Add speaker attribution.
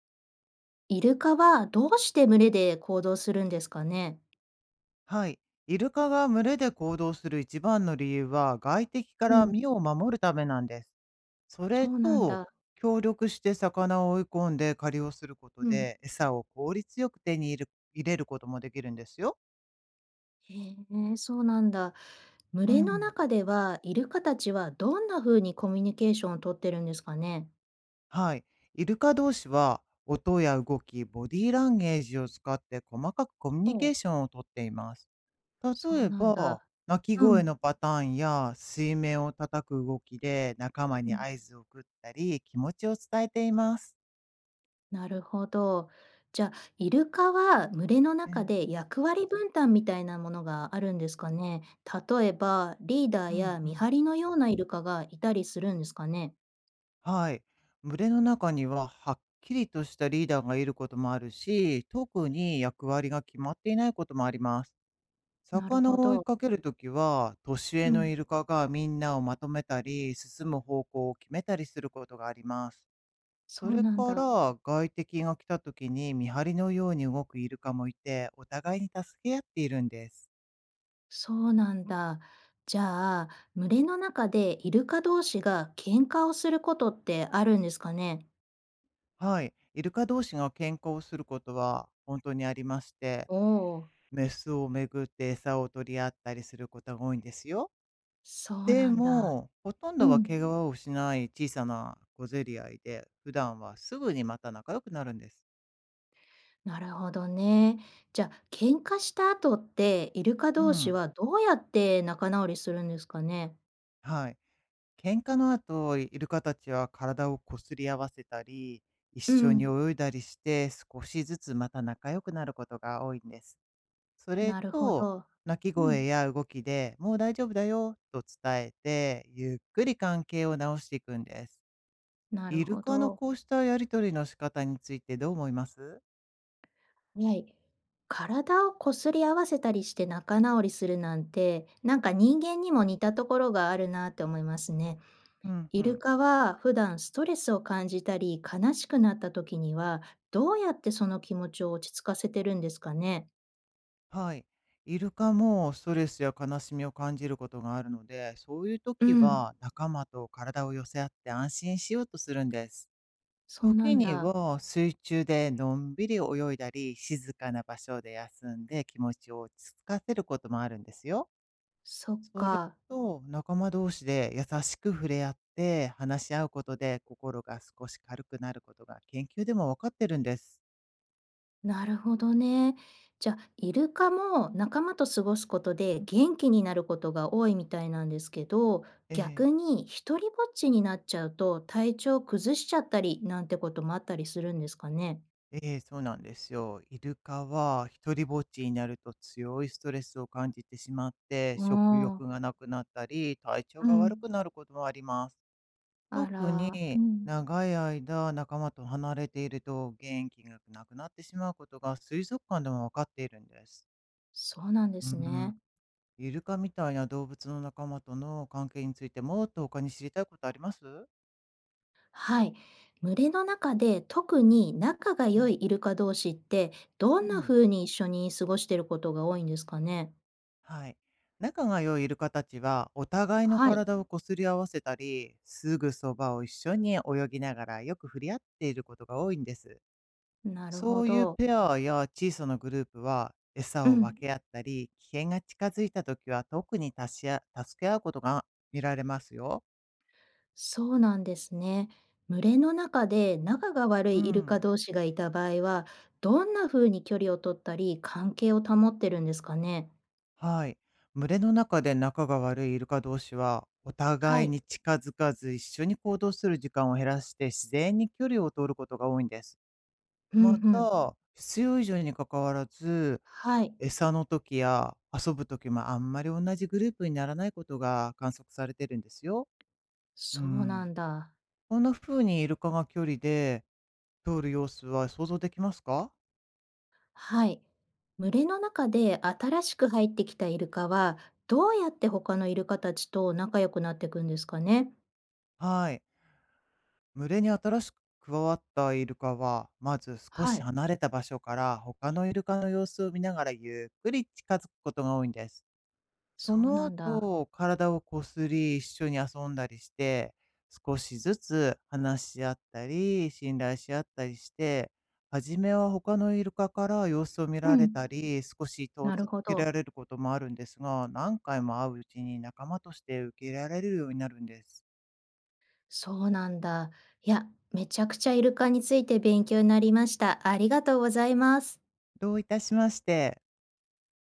Speaker 1: イルカはどうして群れで行動するんですかね？
Speaker 2: はい。イルカが群れで行動する一番の理由は外敵か
Speaker 1: う
Speaker 2: ら
Speaker 1: ん。
Speaker 2: 身を守るためなんです。そ
Speaker 1: そ
Speaker 2: れ
Speaker 1: うなん
Speaker 2: と、
Speaker 1: だ。
Speaker 2: 協力して魚を追い込んで狩りをすること
Speaker 1: うん。
Speaker 2: で餌を効率よく手に入れることもできるんですよ。
Speaker 1: へえ、そうなんだ。群
Speaker 2: う
Speaker 1: れの
Speaker 2: ん。
Speaker 1: 中では、イルカたちはどんな風にコミュニケーションを取ってるんですかね？
Speaker 2: はい。イルカ同士は音や動き、ボディーランゲージを使って細かくコミュ
Speaker 1: お
Speaker 2: ニケー
Speaker 1: う、
Speaker 2: ションをとっています。
Speaker 1: そ
Speaker 2: 例
Speaker 1: う
Speaker 2: え
Speaker 1: なん
Speaker 2: ば、
Speaker 1: だ。
Speaker 2: 鳴き
Speaker 1: う
Speaker 2: 声
Speaker 1: ん、
Speaker 2: のパターンや水面を叩く動きで仲間
Speaker 1: う
Speaker 2: に
Speaker 1: ん。
Speaker 2: 合図を送ったり、気持ちを伝えています。
Speaker 1: なるほど。じゃあ、イルカは群れの
Speaker 2: え
Speaker 1: 中
Speaker 2: え、
Speaker 1: で役割分担みたいなものがあるんですかね？例えば、リーダ
Speaker 2: う
Speaker 1: ー
Speaker 2: ん
Speaker 1: や
Speaker 2: う
Speaker 1: 見張
Speaker 2: ん。
Speaker 1: りのようなイルカがいたりするんですかね？
Speaker 2: はい。群れの中にははっきりとしたリーダーがいることもあるし、特に役割が決まっていないこともあります。
Speaker 1: なる
Speaker 2: 魚
Speaker 1: ほ
Speaker 2: を追い
Speaker 1: ど。
Speaker 2: かけるときは、年
Speaker 1: う
Speaker 2: 上の
Speaker 1: ん。
Speaker 2: イルカがみんなをまとめたり、進む方向を決めたりすることがあります。
Speaker 1: そ
Speaker 2: そ
Speaker 1: う
Speaker 2: れ
Speaker 1: なん
Speaker 2: か
Speaker 1: だ。
Speaker 2: ら、外敵が来た時に見張りのように動くイルカもいて、お互いに助け合っているんです。
Speaker 1: そうなんだ。じゃあ、群れの中でイルカ同士が喧嘩をすることってあるんですかね？
Speaker 2: はい。イルカ同士が喧嘩をすることは本当にありまして、
Speaker 1: おお、
Speaker 2: メスをめぐって餌を取り合ったりすることが多いんですよ。
Speaker 1: そう
Speaker 2: で
Speaker 1: なんだ。
Speaker 2: も、ほとん
Speaker 1: う
Speaker 2: どは
Speaker 1: ん、
Speaker 2: 怪我をしない小さな小競り合いで、普段はすぐにまた仲良くなるんです。
Speaker 1: なるほどね。じゃあ、喧嘩した後って、イルカ
Speaker 2: う
Speaker 1: 同士
Speaker 2: ん。
Speaker 1: はどうやって仲直りするんですかね？
Speaker 2: はい。喧嘩の後、イルカたちは体をこすり合わせたり、一
Speaker 1: う
Speaker 2: 緒に
Speaker 1: ん、
Speaker 2: 泳いだりして、少しずつまた仲良くなることが多いんです。それ
Speaker 1: なるほ
Speaker 2: と、
Speaker 1: ど。
Speaker 2: 鳴き
Speaker 1: うん、
Speaker 2: 声や動きでもう大丈夫だよと伝えて、ゆっくり関係を直していくんです。
Speaker 1: なる
Speaker 2: イル
Speaker 1: ほ
Speaker 2: カの
Speaker 1: ど。
Speaker 2: こうしたやりとりの仕方についてどう思います？
Speaker 1: はい。体をこすり合わせたりして仲直りするなんて、なんか人間にも似たところがあるなって思いますね。
Speaker 2: うんう
Speaker 1: イル
Speaker 2: ん。
Speaker 1: カは普段ストレスを感じたり悲しくなった時には、どうやってその気持ちを落ち着かせてるんですかね。
Speaker 2: はい。イルカもストレスや悲しみを感じることがあるので、そういう
Speaker 1: う
Speaker 2: 時
Speaker 1: ん、
Speaker 2: は仲間と体を寄せ合って安心しようとするんです。
Speaker 1: そうな
Speaker 2: 時
Speaker 1: ん
Speaker 2: に
Speaker 1: だ。
Speaker 2: は水中でのんびり泳いだり、静かな場所で休んで気持ちを落ち着かせることもあるんですよ。
Speaker 1: そっ
Speaker 2: それ
Speaker 1: か。
Speaker 2: と仲間同士で優しく触れ合って話し合うことで心が少し軽くなることが研究でも分かってるんです。
Speaker 1: なるほどね。じゃあ、イルカも仲間と過ごすことで
Speaker 2: うん。
Speaker 1: 元気になることが多いみたいなんですけど、
Speaker 2: え
Speaker 1: 逆
Speaker 2: え
Speaker 1: に一人ぼっちになっちゃうと体調崩しちゃったりなんてこともあったりするんですかね？
Speaker 2: ええ、そうなんですよ。イルカは一りぼっちになると強いストレスを感じてしまって、
Speaker 1: あ
Speaker 2: 食
Speaker 1: あ、
Speaker 2: 欲がなくなったり、体調
Speaker 1: う
Speaker 2: が悪
Speaker 1: ん。
Speaker 2: くなることもあります。
Speaker 1: あ
Speaker 2: 特
Speaker 1: ら、う
Speaker 2: に
Speaker 1: ん。
Speaker 2: 長い間仲間と離れていると元気がなくなってしまうことが水族館でもわかっているんです。
Speaker 1: そうなんで
Speaker 2: う
Speaker 1: す
Speaker 2: ん。
Speaker 1: ね。
Speaker 2: イルカみたいな動物の仲間との関係についてもっと他に知りたいことあります？
Speaker 1: はい。群れの中で特に仲が
Speaker 2: え
Speaker 1: 良い
Speaker 2: え、
Speaker 1: イルカ同士って、ど
Speaker 2: う
Speaker 1: んな
Speaker 2: ん。
Speaker 1: 風に一緒に過ごしてることが多いんですかね？
Speaker 2: はい。仲が良いイルカたちは、お互いの
Speaker 1: はい、
Speaker 2: 体をこすり合わせたり、すぐそばを一緒に泳ぎながらよく触れ合っていることが多いんです。
Speaker 1: なるほ
Speaker 2: そういう
Speaker 1: ど。
Speaker 2: ペアや小さなグループは、餌
Speaker 1: う
Speaker 2: を
Speaker 1: ん。
Speaker 2: 分け合ったり、危険が近づいた時は特に助け合うことが見られますよ。
Speaker 1: そうなんですね。群れの中で仲が悪
Speaker 2: う
Speaker 1: いイルカ
Speaker 2: ん。
Speaker 1: 同士がいた場合は、どんな風に距離を取ったり関係を保ってるんですかね。
Speaker 2: はい。群れの中で仲が悪いイルカ同士は、お
Speaker 1: は
Speaker 2: 互い
Speaker 1: い。
Speaker 2: に近づかず一緒に行動する時間を減らして自然に距離を取ることが多いんです。
Speaker 1: うんう
Speaker 2: ま
Speaker 1: ん。
Speaker 2: た、必要以上に関わらず、
Speaker 1: はい。
Speaker 2: 餌の時や遊ぶ時もあんまり同じグループにならないことが観測されてるんですよ。う
Speaker 1: そうな
Speaker 2: ん。
Speaker 1: んだ。
Speaker 2: こんな風にイルカが距離で通る様子は想像できますか？
Speaker 1: はい。群れの中で新しく入ってきたイルカは、どうやって他のイルカたちと仲良くなっていくんですかね。
Speaker 2: はい。群れに新しく加わったイルカは、まず少
Speaker 1: は
Speaker 2: し
Speaker 1: い。
Speaker 2: 離れた場所から他のイルカの様子を見ながらゆっくり近づくことが多いんです。そ
Speaker 1: そう
Speaker 2: の
Speaker 1: なんだ。
Speaker 2: 後、体をこすり、一緒に遊んだりして、少しずつ話し合ったり、信頼し合ったりして、初めは他のイルカから様子を見
Speaker 1: う
Speaker 2: られ
Speaker 1: ん。
Speaker 2: たり、少し遠
Speaker 1: なる
Speaker 2: づ
Speaker 1: ほ
Speaker 2: け
Speaker 1: ど。
Speaker 2: られることもあるんですが、何回も会ううちに仲間として受け入れられるようになるんです。
Speaker 1: そうなんだ。いや、めちゃくちゃイルカについて勉強になりました。ありがとうございます。
Speaker 2: どういたしまして。